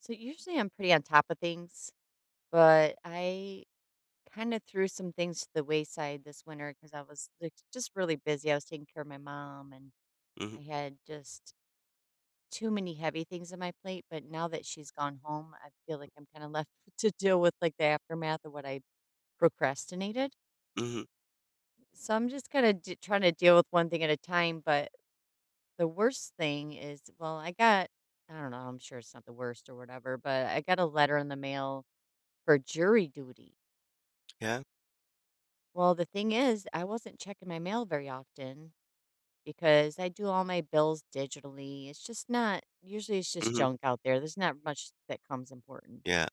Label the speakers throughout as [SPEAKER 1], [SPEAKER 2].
[SPEAKER 1] So usually I'm pretty on top of things, but I kind of threw some things to the wayside this winter because I was like just really busy. I was taking care of my mom and
[SPEAKER 2] Mhm,
[SPEAKER 1] I had just too many heavy things on my plate. But now that she's gone home, I feel like I'm kind of left to deal with like the aftermath of what I procrastinated.
[SPEAKER 2] mhm,
[SPEAKER 1] So I'm just kind of trying to deal with one thing at a time. But the worst thing is, well, I got, I don't know, I'm sure it's not the worst or whatever, but I got a letter in the mail for jury duty.
[SPEAKER 2] yeah,
[SPEAKER 1] Well, the thing is, I wasn't checking my mail very often because I do all my bills digitally. It's just not, usually it's just
[SPEAKER 2] mhm,
[SPEAKER 1] junk out there. There's not much that comes important.
[SPEAKER 2] yeah,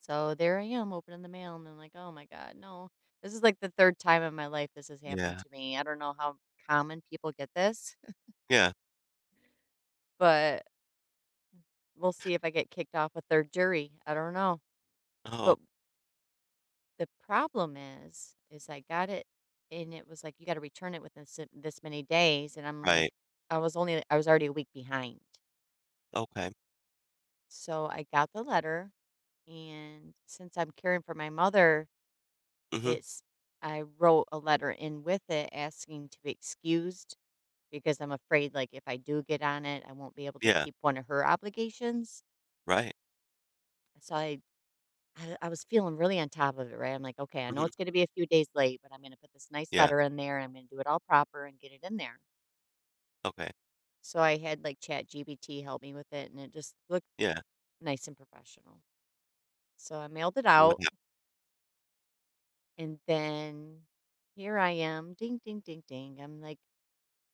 [SPEAKER 1] So there I am opening the mail and I'm like, oh my God, no. This is like the third time in my life this has happened
[SPEAKER 2] yeah,
[SPEAKER 1] to me. I don't know how common people get this,
[SPEAKER 2] yeah.
[SPEAKER 1] but we'll see if I get kicked off a third jury. I don't know.
[SPEAKER 2] Oh,
[SPEAKER 1] But the problem is I got it and it was like, you got to return it within this many days. And I'm
[SPEAKER 2] right,
[SPEAKER 1] like, I was only, I was already a week behind.
[SPEAKER 2] okay,
[SPEAKER 1] So I got the letter. And since I'm caring for my mother,
[SPEAKER 2] mhm,
[SPEAKER 1] it's, I wrote a letter in with it asking to be excused because I'm afraid, like, if I do get on it, I won't be able to
[SPEAKER 2] yeah,
[SPEAKER 1] keep one of her obligations.
[SPEAKER 2] right,
[SPEAKER 1] So I I was feeling really on top of it, right? I'm like, "Okay, I know
[SPEAKER 2] mhm,
[SPEAKER 1] it's gonna be a few days late, but I'm gonna put this nice
[SPEAKER 2] yeah,
[SPEAKER 1] letter in there, and I'm gonna do it all proper and get it in there."
[SPEAKER 2] okay,
[SPEAKER 1] So I had, like, ChatGPT help me with it, and it just looked
[SPEAKER 2] yeah,
[SPEAKER 1] nice and professional. So I mailed it
[SPEAKER 2] what
[SPEAKER 1] out,
[SPEAKER 2] hap
[SPEAKER 1] and then here I am, ding, ding, ding, ding. I'm like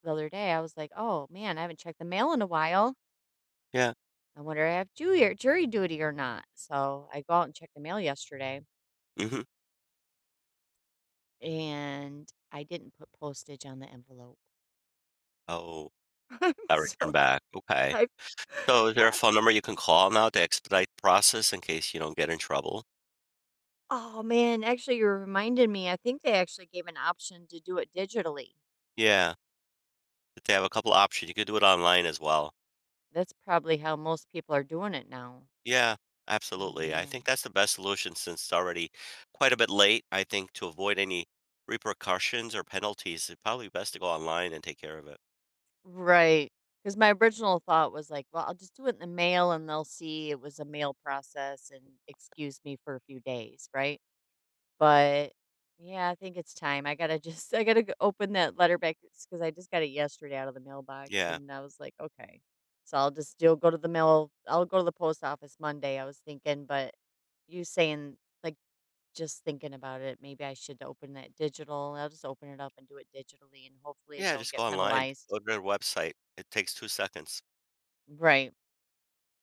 [SPEAKER 1] the other day, I was like, "Oh, man, I haven't checked the mail in a while.
[SPEAKER 2] yeah,
[SPEAKER 1] I wonder if I have jury duty or not." So I go out and check the mail yesterday,
[SPEAKER 2] mhm.
[SPEAKER 1] and I didn't put postage on the envelope.
[SPEAKER 2] Oh,
[SPEAKER 1] I'm
[SPEAKER 2] got return
[SPEAKER 1] so
[SPEAKER 2] back, okay.
[SPEAKER 1] I
[SPEAKER 2] So is there a phone number you can call now to expedite the process in case you don't get in trouble?
[SPEAKER 1] Oh, man, actually, you reminded me. I think they actually gave an option to do it digitally.
[SPEAKER 2] Yeah, they have a couple options, you could do it online as well.
[SPEAKER 1] That's probably how most people are doing it now.
[SPEAKER 2] Yeah,
[SPEAKER 1] Oh,
[SPEAKER 2] absolutely, I think
[SPEAKER 1] man.
[SPEAKER 2] that's the best solution since it's already quite a bit late, I think to avoid any repercussions or penalties, it's probably best to go online and take care of it.
[SPEAKER 1] Right. Because my original thought was like, well, I'll just do it in the mail and they'll see it was a mail process and excuse me for a few days, right? But yeah, I think it's time. I gotta just I gotta go open that letter back because I just got it yesterday out of the mailbox,
[SPEAKER 2] Yeah.
[SPEAKER 1] and I was like, okay, so I'll just still go to the mail. I'll go to the post office Monday. I was thinking, but you saying like just thinking about it, maybe I should open that digital. I'll just open it up and do it digitally, and hopefully, I
[SPEAKER 2] Yeah,
[SPEAKER 1] don't
[SPEAKER 2] just go
[SPEAKER 1] get
[SPEAKER 2] online,
[SPEAKER 1] penalized.
[SPEAKER 2] go to their website. It takes 2 seconds.
[SPEAKER 1] Right?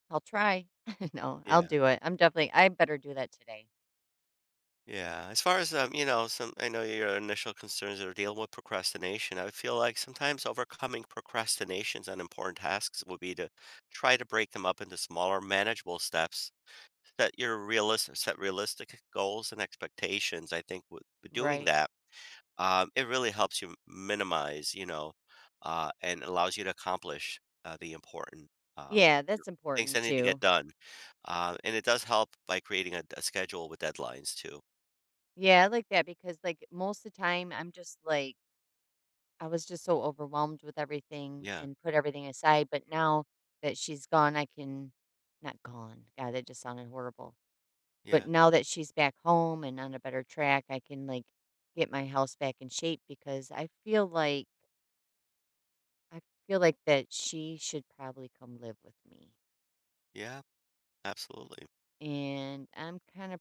[SPEAKER 1] I'll try. No, I'll
[SPEAKER 2] Yeah,
[SPEAKER 1] do it. I'm definitely. I better do that today.
[SPEAKER 2] yeah. As far as, you know, some I know your initial concerns are dealing with procrastination. I feel like sometimes overcoming procrastinations on important tasks would be to try to break them up into smaller, manageable steps. Set your are set realistic goals and expectations, I think, with doing
[SPEAKER 1] Right?
[SPEAKER 2] that, it really helps you minimize, and allows you to accomplish the important uh,
[SPEAKER 1] Yeah,
[SPEAKER 2] Sure.
[SPEAKER 1] that's
[SPEAKER 2] things that
[SPEAKER 1] important
[SPEAKER 2] need to get
[SPEAKER 1] too.
[SPEAKER 2] done. And it does help by creating a schedule with deadlines too.
[SPEAKER 1] Yeah, I like that because, like, most of the time, I'm just like, I was just so overwhelmed with everything
[SPEAKER 2] Yeah,
[SPEAKER 1] and put everything aside. But now that she's gone, I can, not gone. God, that just sounded horrible. But
[SPEAKER 2] yeah,
[SPEAKER 1] now that she's back home and on a better track, I can, like, get my house back in shape because I feel like that she should probably come live with me.
[SPEAKER 2] yeah, absolutely.
[SPEAKER 1] And I'm kind of,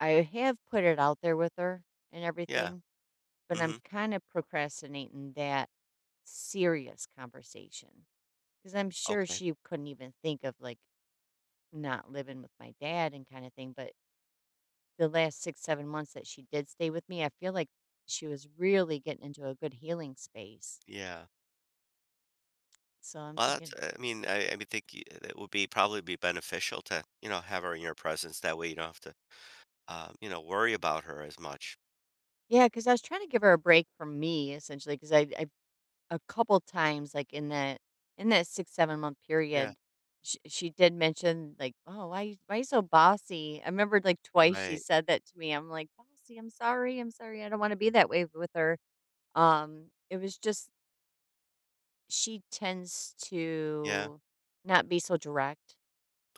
[SPEAKER 1] I have put it out there with her and
[SPEAKER 2] Yeah.
[SPEAKER 1] everything, but I'm
[SPEAKER 2] Hmm.
[SPEAKER 1] kind of procrastinating that serious conversation because I'm sure
[SPEAKER 2] Okay.
[SPEAKER 1] she couldn't even think of like not living with my dad and kind of thing. But the last 6, 7 months that she did stay with me, I feel like she was really getting into a good healing space.
[SPEAKER 2] Yeah.
[SPEAKER 1] So I'm
[SPEAKER 2] Well, that's,
[SPEAKER 1] thinking,
[SPEAKER 2] I mean, think it would be probably be beneficial to have her in your presence. That way you don't have to worry about her as much.
[SPEAKER 1] yeah, because I was trying to give her a break from me essentially because I a couple times, like, in that 6, 7-month
[SPEAKER 2] Yeah.
[SPEAKER 1] period, she did mention, like, "Oh, why why you so bossy?" I remember like, twice she
[SPEAKER 2] Right.
[SPEAKER 1] said that to me. I'm like, "Bossy, I'm sorry, I don't wanna be that way with her." It was just she tends
[SPEAKER 2] Yeah.
[SPEAKER 1] to not be so direct,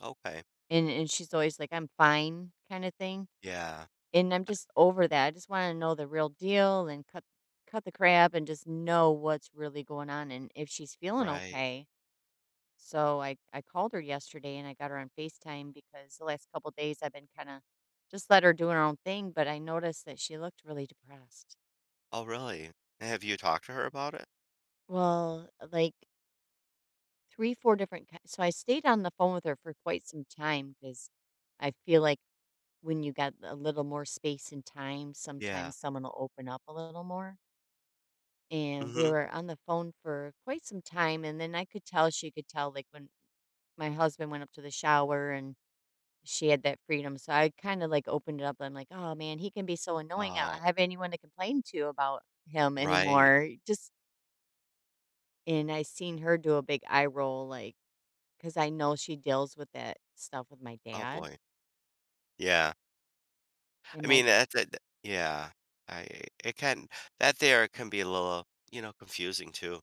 [SPEAKER 2] Okay.
[SPEAKER 1] and she's always like, "I'm fine," kinda thing,
[SPEAKER 2] Yeah.
[SPEAKER 1] and I'm just over that. I just wanna know the real deal and cut the crap and just know what's really going on and if she's feeling
[SPEAKER 2] Right.
[SPEAKER 1] okay. So I called her yesterday and I got her on FaceTime because the last couple days I've been kind of just let her do her own thing, but I noticed that she looked really depressed.
[SPEAKER 2] Oh, really? Have you talked to her about it?
[SPEAKER 1] Well, like three, four different. So I stayed on the phone with her for quite some time because I feel like when you got a little more space and time,
[SPEAKER 2] Yeah.
[SPEAKER 1] sometimes someone will open up a little more. And we
[SPEAKER 2] Mhm.
[SPEAKER 1] were on the phone for quite some time, and then I could tell she could tell like when my husband went up to the shower and she had that freedom. So I kind of like opened it up. I'm like, oh man, he can be so annoying. I
[SPEAKER 2] Oh,
[SPEAKER 1] don't have anyone to complain to about him
[SPEAKER 2] right.
[SPEAKER 1] anymore. Just and I seen her do a big eye roll, like because I know she deals with that stuff with my
[SPEAKER 2] Oh,
[SPEAKER 1] dad
[SPEAKER 2] boy. Yeah. I
[SPEAKER 1] and
[SPEAKER 2] mean,
[SPEAKER 1] my
[SPEAKER 2] that's it. Yeah. I it can That there can be a little confusing too.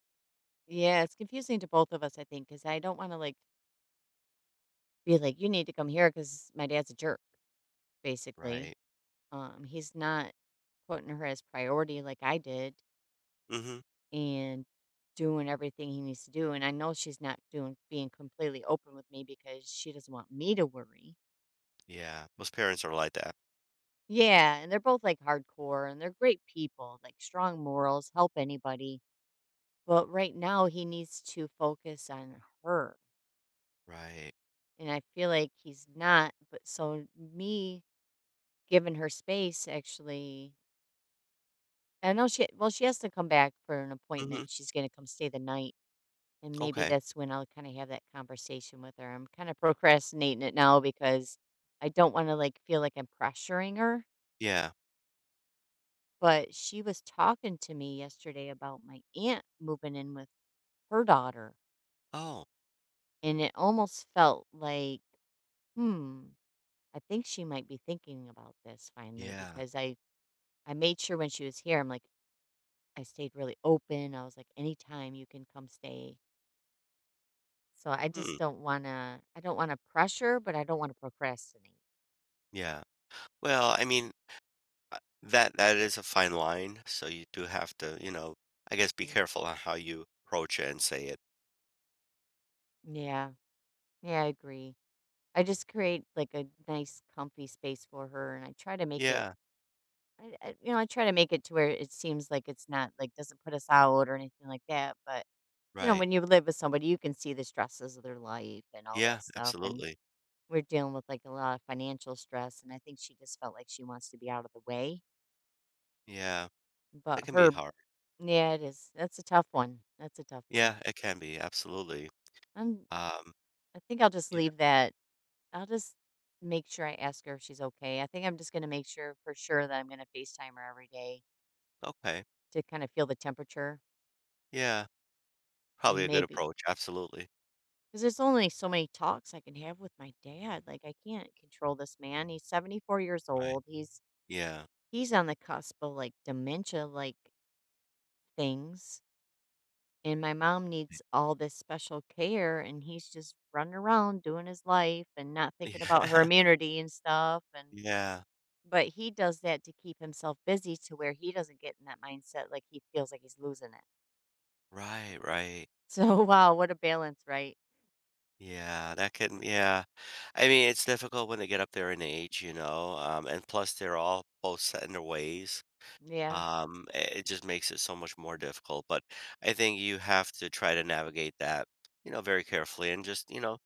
[SPEAKER 1] yeah. It's confusing to both of us, I think, because I don't want to like be like you need to come here because my dad's a jerk, basically.
[SPEAKER 2] Right.
[SPEAKER 1] He's not putting her as priority like I did
[SPEAKER 2] Mhm.
[SPEAKER 1] and doing everything he needs to do. And I know she's not doing being completely open with me because she doesn't want me to worry.
[SPEAKER 2] Yeah. Most parents are like that.
[SPEAKER 1] Yeah, and they're both like hardcore and they're great people, like strong morals, help anybody. But right now he needs to focus on her.
[SPEAKER 2] Right.
[SPEAKER 1] And I feel like he's not, but so me giving her space actually I know she well she has to come back for an
[SPEAKER 2] Mhm.
[SPEAKER 1] appointment. She's going to come stay the night. And maybe
[SPEAKER 2] Okay.
[SPEAKER 1] that's when I'll kinda have that conversation with her. I'm kinda procrastinating it now because I don't wanna, like, feel like I'm pressuring her,
[SPEAKER 2] Yeah.
[SPEAKER 1] but she was talking to me yesterday about my aunt moving in with her daughter,
[SPEAKER 2] Oh,
[SPEAKER 1] and it almost felt like, "Hmm, I think she might be thinking about this finally,"
[SPEAKER 2] yeah.
[SPEAKER 1] because I made sure when she was here, I'm like I stayed really open, I was like, "Anytime you can come stay." So I just
[SPEAKER 2] Mm,
[SPEAKER 1] don't wanna I don't wanna pressure, but I don't wanna procrastinate.
[SPEAKER 2] yeah. Well, I mean, that is a fine line, so you do have to, I guess be careful on how you approach it and say it.
[SPEAKER 1] Yeah. Yeah, I agree. I just create like a nice comfy space for her and I try to make it
[SPEAKER 2] Yeah.
[SPEAKER 1] I you know, I try to make it to where it seems like it's not like doesn't put us out or anything like that, but you know,
[SPEAKER 2] Right.
[SPEAKER 1] when you live with somebody, you can see the stresses of their life and all
[SPEAKER 2] Yeah,
[SPEAKER 1] that stuff and
[SPEAKER 2] absolutely.
[SPEAKER 1] we're dealing with like a lot of financial stress and I think she just felt like she wants to be out of the way.
[SPEAKER 2] Yeah, that
[SPEAKER 1] But
[SPEAKER 2] can be
[SPEAKER 1] her
[SPEAKER 2] hard.
[SPEAKER 1] yeah, it is. That's a tough one. That's a tough one.
[SPEAKER 2] Yeah, it can be, absolutely.
[SPEAKER 1] I'm
[SPEAKER 2] Um,
[SPEAKER 1] I think I'll just
[SPEAKER 2] yeah,
[SPEAKER 1] leave that I'll just make sure I ask her if she's okay. I think I'm just going to make sure for sure that I'm going to FaceTime her every day
[SPEAKER 2] okay.
[SPEAKER 1] to kind of feel the temperature
[SPEAKER 2] Yeah, probably
[SPEAKER 1] and
[SPEAKER 2] a good
[SPEAKER 1] maybe
[SPEAKER 2] approach, absolutely.
[SPEAKER 1] because there's only so many talks I can have with my dad. Like I can't control this man. He's 74 years
[SPEAKER 2] Right.
[SPEAKER 1] old.
[SPEAKER 2] Yeah.
[SPEAKER 1] He's on the cusp of like dementia like things and my mom
[SPEAKER 2] Yeah.
[SPEAKER 1] needs all this special care and he's just running around doing his life and not thinking about her immunity and stuff and
[SPEAKER 2] Yeah.
[SPEAKER 1] but he does that to keep himself busy to where he doesn't get in that mindset, like, he feels like he's losing it.
[SPEAKER 2] Right, right.
[SPEAKER 1] So, wow, what a balance, right?
[SPEAKER 2] Yeah, that can, yeah. I mean, it's difficult when they get up there in age, and plus they're all both set in their ways.
[SPEAKER 1] Yeah.
[SPEAKER 2] It just makes it so much more difficult. But I think you have to try to navigate that very carefully and just, you know,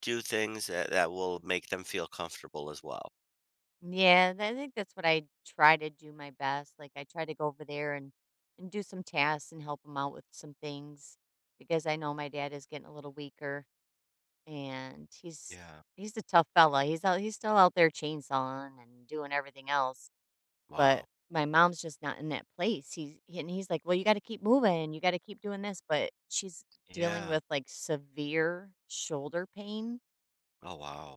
[SPEAKER 2] do things that will make them feel comfortable as well.
[SPEAKER 1] Yeah, and I think that's what I try to do my best, like, I try to go over there and do some tasks and help him out with some things because I know my dad is getting a little weaker, and
[SPEAKER 2] Yeah.
[SPEAKER 1] he's a tough fella, he's still out there chainsawing and doing everything else. But
[SPEAKER 2] Wow.
[SPEAKER 1] my mom's just not in that place. He and he's like, "Well, you gotta keep moving, you gotta keep doing this," but she's dealing
[SPEAKER 2] Yeah.
[SPEAKER 1] with, like, severe shoulder pain
[SPEAKER 2] Oh, wow.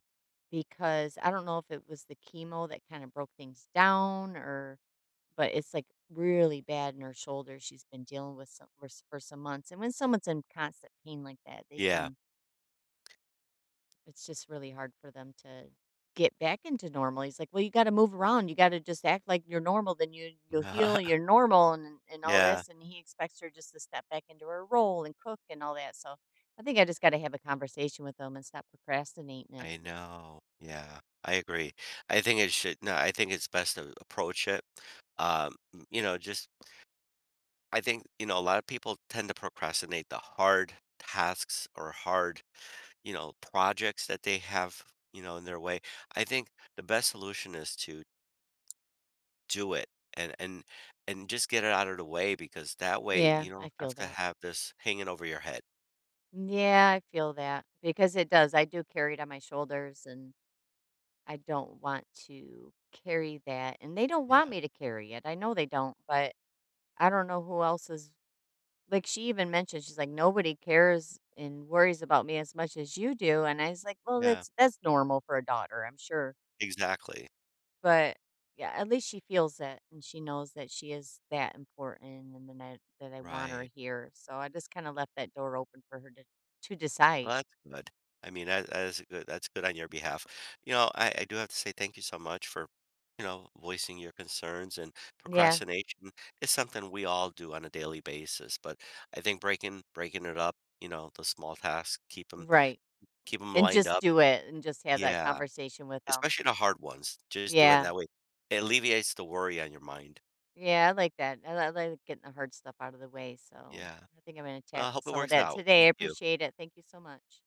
[SPEAKER 1] because I don't know if it was the chemo that kinda broke things down or but it's, like, really bad in her shoulder. She's been dealing with some for some months, and when someone's in constant pain like that, they
[SPEAKER 2] Yeah.
[SPEAKER 1] can it's just really hard for them to get back into normal. He's like, "Well, you gotta move around. You gotta just act like you're normal, then you'll heal, you're normal and all
[SPEAKER 2] Yeah.
[SPEAKER 1] this." And he expects her just to step back into her role and cook and all that. So, I think I just gotta have a conversation with them and stop procrastinating it.
[SPEAKER 2] I know. Yeah. I agree. I think it should no, I think it's best to approach it. M you know, just I think, a lot of people tend to procrastinate the hard tasks or hard projects that they have in their way. I think the best solution is to do it and and and just get it out of the way because that way
[SPEAKER 1] Yeah,
[SPEAKER 2] you
[SPEAKER 1] I
[SPEAKER 2] don't have
[SPEAKER 1] feel
[SPEAKER 2] to
[SPEAKER 1] that.
[SPEAKER 2] have this hanging over your head.
[SPEAKER 1] Yeah, I feel that because it does. I do carry it on my shoulders and I don't want to carry that. And they don't want
[SPEAKER 2] Yeah,
[SPEAKER 1] me to carry it. I know they don't, but I don't know who else is like, she even mentioned, she's like, "Nobody cares and worries about me as much as you do," and I was like, "Well,
[SPEAKER 2] yeah,
[SPEAKER 1] that's normal for a daughter, I'm sure."
[SPEAKER 2] exactly.
[SPEAKER 1] But, yeah, at least she feels that and she knows that she is that important and then I that I want her
[SPEAKER 2] Right.
[SPEAKER 1] here, so I just kinda left that door open for her to decide.
[SPEAKER 2] Well, that's good. I mean, that is good. That's good on your behalf. I do have to say thank you so much for voicing your concerns and
[SPEAKER 1] Yeah,
[SPEAKER 2] procrastination is something we all do on a daily basis. But I think breaking it up, the small tasks, keep them
[SPEAKER 1] right,
[SPEAKER 2] keep them
[SPEAKER 1] and
[SPEAKER 2] lined
[SPEAKER 1] just
[SPEAKER 2] up.
[SPEAKER 1] do it and just have that
[SPEAKER 2] Yeah,
[SPEAKER 1] conversation with them.
[SPEAKER 2] especially the hard ones, just do it
[SPEAKER 1] Yeah,
[SPEAKER 2] that way. It alleviates the worry on your mind.
[SPEAKER 1] yeah, I like that. I like getting the hard stuff out of the way, so
[SPEAKER 2] Yeah.
[SPEAKER 1] I think I'm gonna
[SPEAKER 2] Well, I
[SPEAKER 1] tackle
[SPEAKER 2] hope it
[SPEAKER 1] some of
[SPEAKER 2] works
[SPEAKER 1] that
[SPEAKER 2] out.
[SPEAKER 1] today, I
[SPEAKER 2] Thank you.
[SPEAKER 1] appreciate it, thank you so much.